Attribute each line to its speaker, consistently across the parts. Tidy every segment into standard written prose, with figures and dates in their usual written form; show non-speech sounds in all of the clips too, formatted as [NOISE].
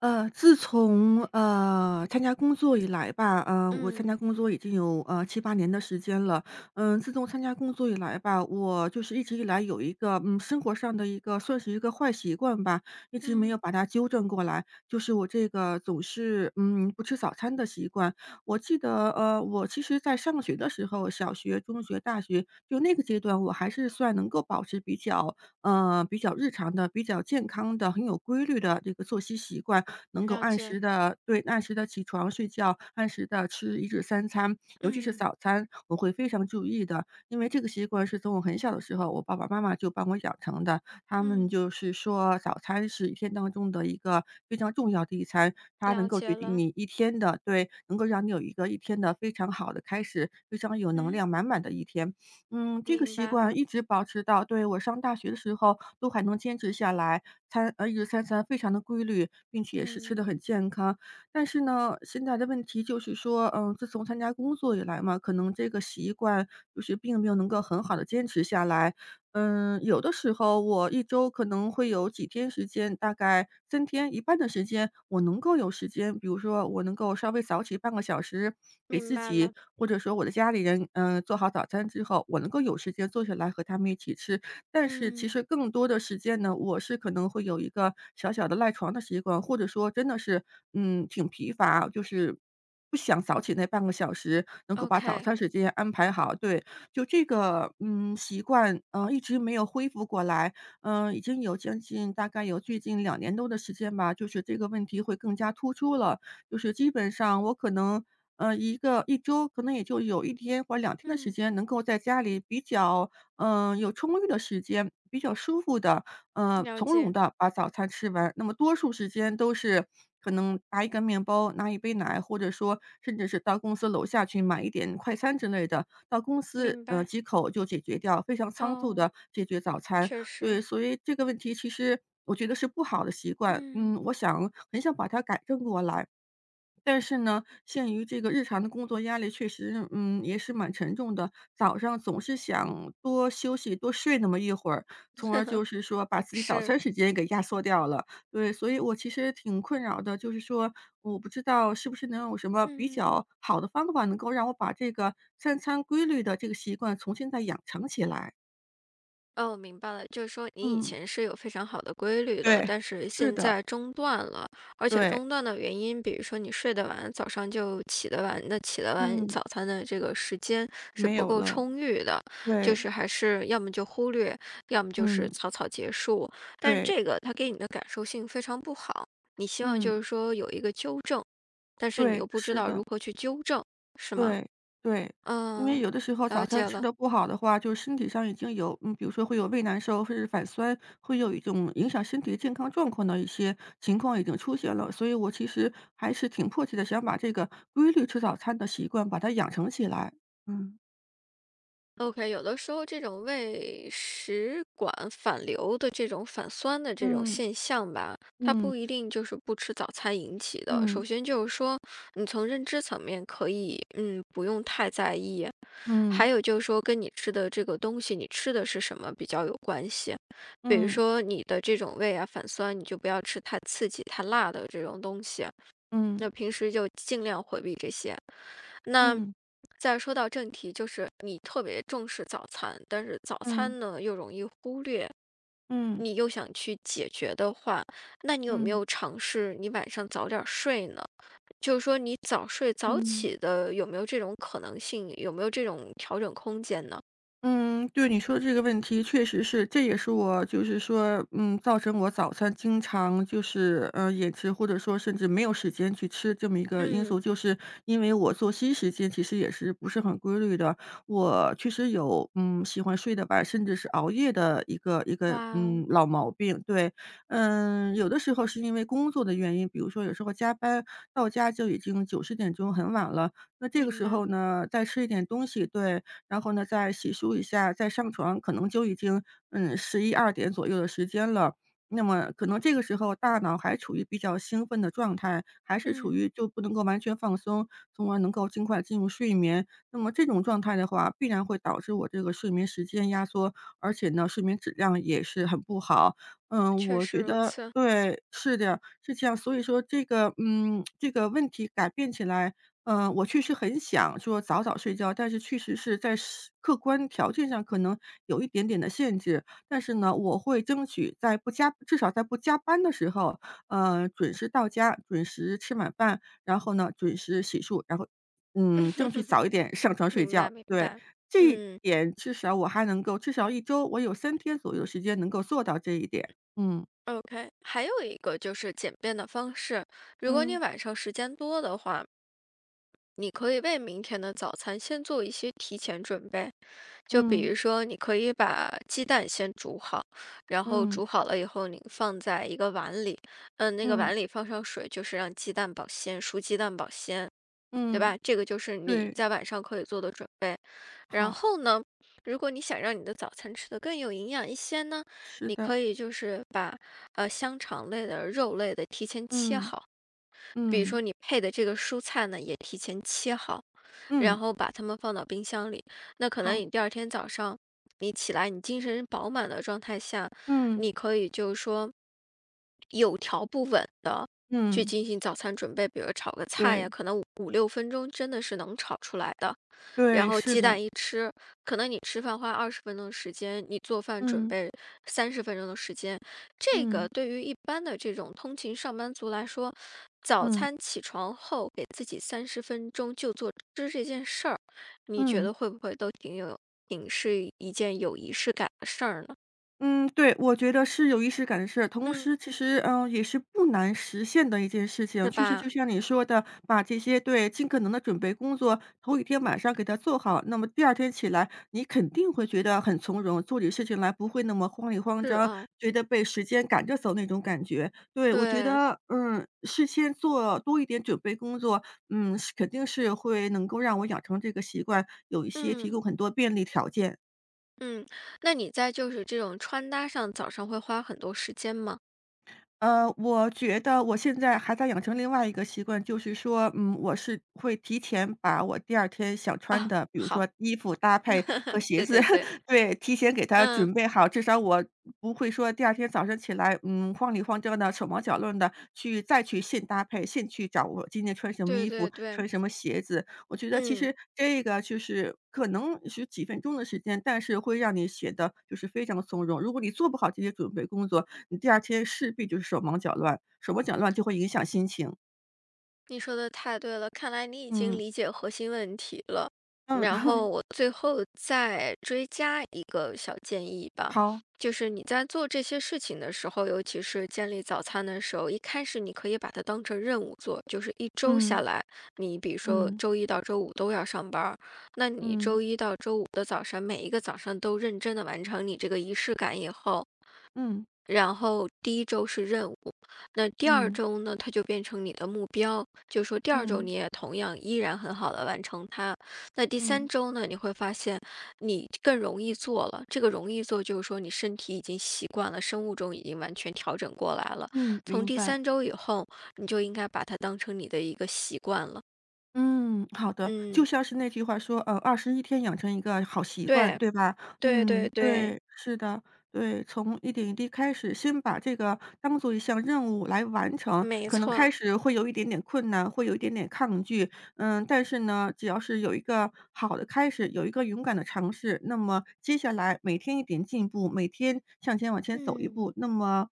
Speaker 1: 自从参加工作以来吧，我参加
Speaker 2: 嗯，
Speaker 1: 工作已经有七八年的时间了。自从参加工作以来吧，我就是一直以来有一个生活上的一个算是一个坏习惯吧，一直没有
Speaker 2: 嗯，
Speaker 1: 把它纠正过来，就是我这个总是不吃早餐的习惯。我记得我其实在上学的时候，小学、中学、大学就那个阶段，我还是算能够保持比较日常的、比较健康的、很有规律的这个作息习惯。能够
Speaker 2: 了
Speaker 1: 按
Speaker 2: 解，
Speaker 1: 时的，对，按时的起床睡觉，按时的吃一日三餐，尤其是
Speaker 2: 嗯，
Speaker 1: 早餐，我会非常注意的。因为这个习惯是从我很小的时候，我爸爸妈妈就帮我养成的。他们
Speaker 2: 嗯，
Speaker 1: 就是说早餐是一天当中的一个非常重要的一餐，它能
Speaker 2: 了
Speaker 1: 够决
Speaker 2: 解
Speaker 1: 定
Speaker 2: 了，
Speaker 1: 你一天的，对，能够让你有一个一天的非常好的开始，非常有能
Speaker 2: 嗯，
Speaker 1: 量满满的一天。这个
Speaker 2: 明
Speaker 1: 习
Speaker 2: 白
Speaker 1: 惯
Speaker 2: 了，
Speaker 1: 一直保持到，对，我上大学的时候都还能坚持下来，一日三餐非常的规律，并且也是吃
Speaker 2: 嗯，
Speaker 1: 的很健康。但是呢，现在的问题就是说，自从参加工作以来嘛，可能这个习惯就是并没有能够很好的坚持下来。有的时候我一周可能会有几天时间，大概三天，一半的时间我能够有时间，比如说我能够稍微早起半个小时，给
Speaker 2: 明
Speaker 1: 自
Speaker 2: 白
Speaker 1: 己
Speaker 2: 了，
Speaker 1: 或者说我的家里人，做好早餐之后，我能够有时间坐下来和他们一起吃。但是其
Speaker 2: 嗯
Speaker 1: 实更多的时间呢，我是可能会有一个小小的赖床的习惯，或者说真的是，挺疲乏，就是不想早起那半个小时，能够把早
Speaker 2: ，OK，
Speaker 1: 餐时间安排好。对，就这个，习惯，一直没有恢复过来。已经有将近大概有最近2年多的时间吧，就是这个问题会更加突出了。就是基本上我可能，一周可能也就有一天或两天的时
Speaker 2: 嗯，
Speaker 1: 间能够在家里比较，有充裕的时间，比较舒服的，
Speaker 2: 了
Speaker 1: 从容
Speaker 2: 解，
Speaker 1: 的把早餐吃完。那么多数时间都是可能拿一个面包，拿一杯奶，或者说甚至是到公司楼下去买一点快餐之类的，到公司，
Speaker 2: 明白，
Speaker 1: 几口就解决掉，非常仓促
Speaker 2: 哦，
Speaker 1: 的解决早餐。
Speaker 2: 确实，
Speaker 1: 对，所以这个问题其实我觉得是不好的习惯，
Speaker 2: 嗯，
Speaker 1: 我想很想把它改正过来。但是呢，限于这个日常的工作压力，确实，也是蛮沉重的。早上总是想多休息、多睡那么一会儿，从而
Speaker 2: [LAUGHS]
Speaker 1: 就是说把自己早
Speaker 2: 是，
Speaker 1: 餐时间给压缩掉了。对，所以我其实挺困扰的，就是说我不知道是不是能有什么比
Speaker 2: 嗯。
Speaker 1: 较好的方法，能够让我把这个三餐规律的这个习惯重新再养成起来。
Speaker 2: 哦，我明白了，就是说你以
Speaker 1: 嗯，
Speaker 2: 前是有非常好的规律的，
Speaker 1: 对，
Speaker 2: 但是
Speaker 1: 是
Speaker 2: 现
Speaker 1: 的，
Speaker 2: 在中断了，而且
Speaker 1: 对，
Speaker 2: 中断的原因，比如说你睡得晚，早上就起得晚，那起得晚，
Speaker 1: 嗯，
Speaker 2: 早餐的这个时间是
Speaker 1: 没
Speaker 2: 不
Speaker 1: 有
Speaker 2: 够
Speaker 1: 了，
Speaker 2: 充裕的，就
Speaker 1: 对，
Speaker 2: 是还是要么就忽略，要么就是
Speaker 1: 嗯，
Speaker 2: 草草结束，但是
Speaker 1: 对。
Speaker 2: 这个它给你的感受性非常不好，你希望
Speaker 1: 嗯，
Speaker 2: 就是说有一个纠正，但是你又
Speaker 1: 对，
Speaker 2: 不知
Speaker 1: 是
Speaker 2: 道
Speaker 1: 的。
Speaker 2: 如何去纠正，是吗？
Speaker 1: 对，对，因为
Speaker 2: 嗯，
Speaker 1: 有的时候早
Speaker 2: 了解
Speaker 1: 餐吃
Speaker 2: 了。
Speaker 1: 的不好的话，就是身体上已经有比如说会有胃难受，甚至反酸，会有一种影响身体健康状况的一些情况已经出现了。所以我其实还是挺迫切的想把这个规律吃早餐的习惯把它养成起来。嗯，
Speaker 2: OK，有的时候这种胃食管反流的这种反酸的这种
Speaker 1: 嗯，
Speaker 2: 现象吧，它
Speaker 1: 嗯，
Speaker 2: 不一定就是不吃早餐引起的。首
Speaker 1: 嗯，
Speaker 2: 先就是说，你从认知层面可以，嗯，不用太在意。还有就是说，跟你吃的这个东西，你吃的是什么比较有关系。比如
Speaker 1: 嗯，
Speaker 2: 说你的这种胃啊反酸，你就不要吃太刺激、太辣的这种东西。
Speaker 1: 嗯，
Speaker 2: 那平时就尽量回避这些。那
Speaker 1: 嗯，嗯，
Speaker 2: 再说到正题，就是你特别重视早餐，但是早
Speaker 1: 嗯，
Speaker 2: 餐呢又容易忽略，
Speaker 1: 嗯，
Speaker 2: 你又想去解决的话，那你有没
Speaker 1: 嗯，嗯
Speaker 2: 有尝试你晚上早点儿睡呢？就是说你早睡早
Speaker 1: 嗯。
Speaker 2: 起的有没有这种可能性？有没有这种调整空间呢？
Speaker 1: 嗯，对你说的这个问题，确实是，这也是我就是说，造成我早餐经常就是延迟，或者说甚至没有时间去吃这么一个因
Speaker 2: 嗯，
Speaker 1: 素，就是因为我作息时间其实也是不是很规律的。我确实有喜欢睡得晚，甚至是熬夜的一个一个
Speaker 2: 哇
Speaker 1: 嗯
Speaker 2: 哦，
Speaker 1: 老毛病。对，有的时候是因为工作的原因，比如说有时候加班到家就已经九十点钟很晚了，那这个
Speaker 2: 明
Speaker 1: 时
Speaker 2: 白，
Speaker 1: 候呢再吃一点东西，对。然后呢，再洗漱一下，再上床，可能就已经，十一二点左右的时间了。那么可能这个时候大脑还处于比较兴奋的状态，还是处
Speaker 2: 嗯，
Speaker 1: 于就不能够完全放松，从而能够尽快进入睡眠。那么这种状态的话，必然会导致我这个睡眠时间压缩，而且呢，睡眠质量也是很不好。
Speaker 2: 确
Speaker 1: 我
Speaker 2: 实
Speaker 1: 觉
Speaker 2: 如
Speaker 1: 得，
Speaker 2: 此，
Speaker 1: 对，是的，是这样。所以说这个问题改变起来，我确实很想说早早睡觉，但是确实是在客观条件上可能有一点点的限制。但是呢，我会争取在不加至少在不加班的时候，准时到家，准时吃晚饭，然后呢，准时洗漱，然后，争取早一点上床睡
Speaker 2: 明白
Speaker 1: 觉。
Speaker 2: 明
Speaker 1: 对，
Speaker 2: 白，
Speaker 1: 这一
Speaker 2: 嗯。
Speaker 1: 点至少我还能够至少一周我有三天左右的时间能够做到这一点。嗯，
Speaker 2: OK，还有一个就是简便的方式，如果你
Speaker 1: 嗯，
Speaker 2: 晚上时间多的话，你可以为明天的早餐先做一些提前准备，就比
Speaker 1: 嗯，
Speaker 2: 如说，你可以把鸡蛋先煮好，然后
Speaker 1: 嗯，
Speaker 2: 煮好了以后，你放在一个碗里，嗯，那个
Speaker 1: 嗯，
Speaker 2: 碗里放上水，就是让鸡蛋保鲜，熟鸡蛋保鲜。对吧？
Speaker 1: 嗯，
Speaker 2: 这个就是你
Speaker 1: 对，
Speaker 2: 在晚上可以做的准备。然
Speaker 1: 好，
Speaker 2: 后呢，如果你想让你的早餐吃得更有营养一些呢，
Speaker 1: 是
Speaker 2: 你
Speaker 1: 的，
Speaker 2: 可以就是把香肠类的、肉类的提前切
Speaker 1: 嗯。
Speaker 2: 好。比如
Speaker 1: 嗯，
Speaker 2: 说你配的这个蔬菜呢，也提前切好，然
Speaker 1: 嗯，
Speaker 2: 后把它们放到冰箱里。那可能
Speaker 1: 好，
Speaker 2: 你第二天早上你起来，你精神饱满的状态下，
Speaker 1: 嗯，
Speaker 2: 你可以就是说有条不紊的去
Speaker 1: 嗯，
Speaker 2: 进行早餐准备，比如炒个菜呀，
Speaker 1: 对，
Speaker 2: 可能五六分钟真的是能炒出来的。然
Speaker 1: 对，
Speaker 2: 后
Speaker 1: 是
Speaker 2: 鸡
Speaker 1: 的，
Speaker 2: 蛋一吃，可能你吃饭花20分钟的时间，你做饭准
Speaker 1: 嗯，
Speaker 2: 备三十分钟的时间，这
Speaker 1: 嗯，
Speaker 2: 个对于一般的这种通勤上班族来说，早
Speaker 1: 嗯，
Speaker 2: 餐起床后给自己三十分钟就做吃这件事儿，你觉
Speaker 1: 嗯。
Speaker 2: 得会不会都挺有，挺是一件有仪式感的事儿呢？
Speaker 1: 嗯，对，我觉得是有仪式感的事。同
Speaker 2: 嗯，
Speaker 1: 时其实，也是不难实现的一件事情。
Speaker 2: 对
Speaker 1: 确实就
Speaker 2: 吧？
Speaker 1: 像你说的，把这些，对，尽可能的准备工作，头一天晚上给它做好，那么第二天起来，你肯定会觉得很从容，做起事情来不会那么慌里慌
Speaker 2: 是
Speaker 1: 张，
Speaker 2: 啊，
Speaker 1: 觉得被时间赶着走那种感觉。对，我觉
Speaker 2: 对，
Speaker 1: 得，事先做多一点准备工作，是肯定是会能够让我养成这个习惯，有一些提
Speaker 2: 嗯
Speaker 1: 供很多便利条件。
Speaker 2: 嗯。那你在就是这种穿搭上，早上会花很多时间吗？
Speaker 1: 我觉得我现在还在养成另外一个习惯，就是说，我是会提前把我第二天想穿
Speaker 2: 啊，
Speaker 1: 的，比如说
Speaker 2: 好，
Speaker 1: 衣服搭配和
Speaker 2: [LAUGHS]
Speaker 1: 鞋
Speaker 2: 对
Speaker 1: 子，
Speaker 2: 对对，
Speaker 1: [LAUGHS] 对，提前给它
Speaker 2: 嗯，
Speaker 1: 准备好，至少我不会说第二天早上起来，慌里慌张的、手忙脚乱的再去现搭配，现去找我今天穿什么
Speaker 2: 对
Speaker 1: 衣
Speaker 2: 对
Speaker 1: 服、
Speaker 2: 对，
Speaker 1: 穿什么鞋子。我觉得其
Speaker 2: 嗯。
Speaker 1: 实这个就是可能是几分钟的时间，但是会让你显得就是非常从容。如果你做不好这些准备工作，你第二天势必就是手忙脚乱，手忙脚乱就会影响心情。
Speaker 2: 你说的太对了，看来你已经
Speaker 1: 嗯，
Speaker 2: 理解核心问题了。
Speaker 1: 嗯，
Speaker 2: 然
Speaker 1: [LAUGHS]
Speaker 2: 后我最后再追加一个小建议吧，
Speaker 1: 好，
Speaker 2: 就是你在做这些事情的时候，尤其是建立早餐的时候，一开始你可以把它当成任务做，就是一周下
Speaker 1: 嗯，
Speaker 2: 来，你比如说
Speaker 1: 嗯，
Speaker 2: 周一到周五都要上班儿，那你
Speaker 1: 嗯，
Speaker 2: 周一到周五的早上，每一个早上都认真的完成你这个仪式感以后，
Speaker 1: 嗯，
Speaker 2: 然后第一周是任务，那第二
Speaker 1: 嗯，
Speaker 2: 周呢，它就变成你的目标，就是说第二周
Speaker 1: 嗯，嗯，
Speaker 2: 你也同样依然很好的完成它。那第三
Speaker 1: 嗯
Speaker 2: 周呢，你会发现你更容易做了，这个容易做就是说你身体已经习惯了，生物钟已经完全调整过来了。
Speaker 1: 嗯，
Speaker 2: 从
Speaker 1: 明
Speaker 2: 第
Speaker 1: 白。
Speaker 2: 三周以后，你就应该把它当成你的一个习惯了。
Speaker 1: 嗯，好的，就
Speaker 2: 嗯，
Speaker 1: 像是那句话说，21天养成一个好习惯，
Speaker 2: 对
Speaker 1: 对吧？
Speaker 2: 对
Speaker 1: 嗯，
Speaker 2: 对对，
Speaker 1: 对，是的，对，从一点一滴开始，先把这个当做一项任务来完成，
Speaker 2: 没
Speaker 1: 可能开
Speaker 2: 错，
Speaker 1: 始会有一点点困难，会有一点点抗拒，但是呢，只要是有一个好的开始，有一个勇敢的尝试，那么接下来每天一点进步，每天向前走一
Speaker 2: 嗯。
Speaker 1: 步，那么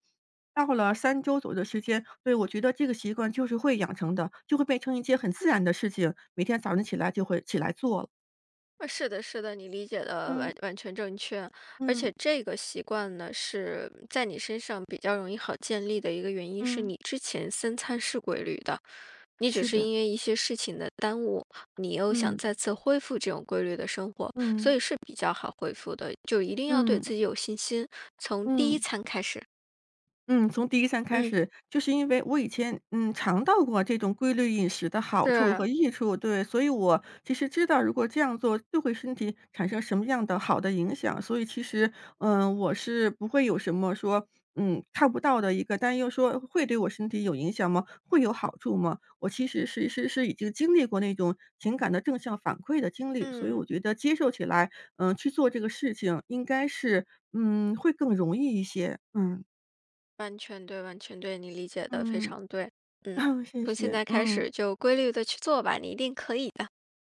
Speaker 1: 到了3周左右的时间，对，我觉得这个习惯就是会养成的，就会变成一件很自然的事情，每天早晨起来就会起来做了。
Speaker 2: 是的，是的，你理解的
Speaker 1: 嗯，
Speaker 2: 完完全正确，而
Speaker 1: 嗯，
Speaker 2: 且这个习惯呢，是在你身上比较容易好建立的一个原因，是
Speaker 1: 嗯，
Speaker 2: 你之前三餐是规律的，你只
Speaker 1: 是
Speaker 2: 是
Speaker 1: 的，
Speaker 2: 因为一些事情的耽误，你又想
Speaker 1: 嗯，
Speaker 2: 再次恢复这种规律的生活，所
Speaker 1: 嗯，
Speaker 2: 以是比较好恢复的，就一定要对
Speaker 1: 嗯，
Speaker 2: 自己有信心，从第一
Speaker 1: 嗯。
Speaker 2: 餐开始。
Speaker 1: 嗯，从第一餐开
Speaker 2: 嗯，
Speaker 1: 始，就是因为我以前，尝到过这种规律饮食的好处
Speaker 2: 是，
Speaker 1: 和益处，对，所以我其实知道如果这样做对会身体产生什么样的好的影响，所以其实，我是不会有什么说，看不到的一个担忧，说会对我身体有影响吗？会有好处吗？我其实是已经经历过那种情感的正向反馈的经历，所以
Speaker 2: 嗯，
Speaker 1: 我觉得接受起来，去做这个事情应该是，会更容易一些，嗯
Speaker 2: 完全对，完全对，你理解的非
Speaker 1: 嗯。
Speaker 2: 常对，
Speaker 1: [LAUGHS]
Speaker 2: 嗯，
Speaker 1: 哦，谢
Speaker 2: 从现
Speaker 1: 谢，
Speaker 2: 在开
Speaker 1: 嗯，
Speaker 2: 始就规律的去做吧，你一定可以的，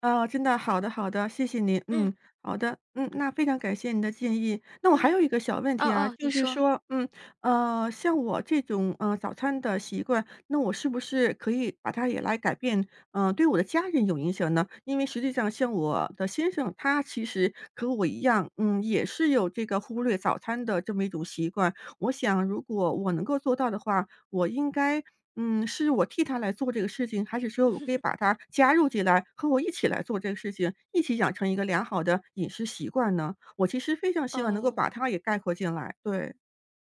Speaker 1: 啊，真的，好的好的，谢谢您，
Speaker 2: 嗯。
Speaker 1: 嗯，好的，那非常感谢您的建议。那我还
Speaker 2: 嗯，
Speaker 1: 有一个小问
Speaker 2: 哦
Speaker 1: 题啊，
Speaker 2: 哦，
Speaker 1: 就
Speaker 2: 你
Speaker 1: 是
Speaker 2: 说，
Speaker 1: 说，像我这种，早餐的习惯，那我是不是可以把它也来改变，对我的家人有影响呢？因为实际上像我的先生，他其实和我一样，也是有这个忽略早餐的这么一种习惯。我想如果我能够做到的话，我应该，是我替他来做这个事情，还是说我可以把他加入进来，和我一起来做这个事情，一起养成一个良好的饮食习惯呢？我其实非常希望能够
Speaker 2: 哦。
Speaker 1: 把他也概括进来，对，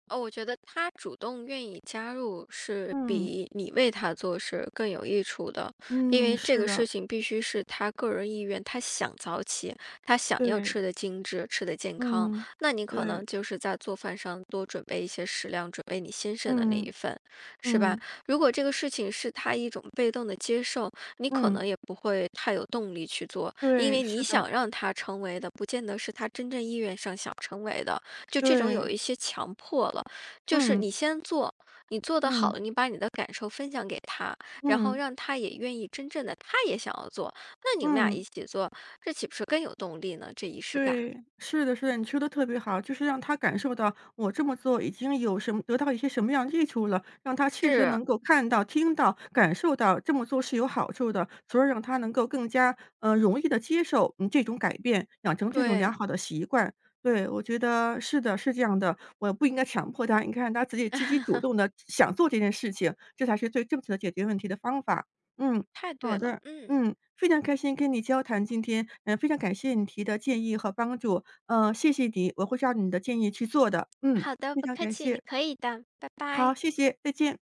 Speaker 2: 哦，我觉得他主动愿意加入是
Speaker 1: 嗯，
Speaker 2: 比你为他做事更有益处的，因
Speaker 1: 嗯，
Speaker 2: 为这
Speaker 1: 是
Speaker 2: 个
Speaker 1: 的，
Speaker 2: 事情必须是他个人意愿，他想早起，他想要
Speaker 1: 对，
Speaker 2: 吃的精致，吃的健康，
Speaker 1: 嗯，
Speaker 2: 那你可
Speaker 1: 对，
Speaker 2: 能就是在做饭上多准备一些食量，准备你先生的那
Speaker 1: 嗯，
Speaker 2: 一份，是吧？
Speaker 1: 嗯，
Speaker 2: 如果这个事情是他一种被动的接受，你可
Speaker 1: 嗯，
Speaker 2: 能也不会太有动力去做，因
Speaker 1: 对，
Speaker 2: 为你
Speaker 1: 是的，
Speaker 2: 想让他成为的，不见得是他真正意愿上想成为的。就这种有
Speaker 1: 对，
Speaker 2: 一些强迫了，就是
Speaker 1: 嗯，
Speaker 2: 你先做，你做的好
Speaker 1: 嗯，
Speaker 2: 了，你把你的感受分享给他，然后
Speaker 1: 嗯，
Speaker 2: 让他也愿意真正的，他也想要做，那你们俩
Speaker 1: 嗯。
Speaker 2: 一起做，这岂不是更有动力呢？这仪式感，
Speaker 1: 对，是的是的，你说的特别好，就是让他感受到我这么做已经有什么得到一些什么样的益处了，让他确实
Speaker 2: 是，
Speaker 1: 能够看到、听到、感受到这么做是有好处的，从而让他能够更加，容易的接受，这种改变，养成这种良
Speaker 2: 对，
Speaker 1: 好的习惯。对，我觉得是的，是这样的，我不应该强迫他，你看他自己积极主动的想做这件事情，这才是最正确的解决问题的方法。嗯，
Speaker 2: 太
Speaker 1: 好
Speaker 2: 对了，
Speaker 1: 的。
Speaker 2: 嗯嗯，
Speaker 1: 非常开心跟你交谈今天，非常感谢你提的建议和帮助，谢谢你，我会照你的建议去做的，
Speaker 2: 好的，
Speaker 1: 非
Speaker 2: 不
Speaker 1: 常
Speaker 2: 客
Speaker 1: 感
Speaker 2: 气，你
Speaker 1: 谢，
Speaker 2: 可以的，拜
Speaker 1: 好，
Speaker 2: 拜。
Speaker 1: 谢谢，再见。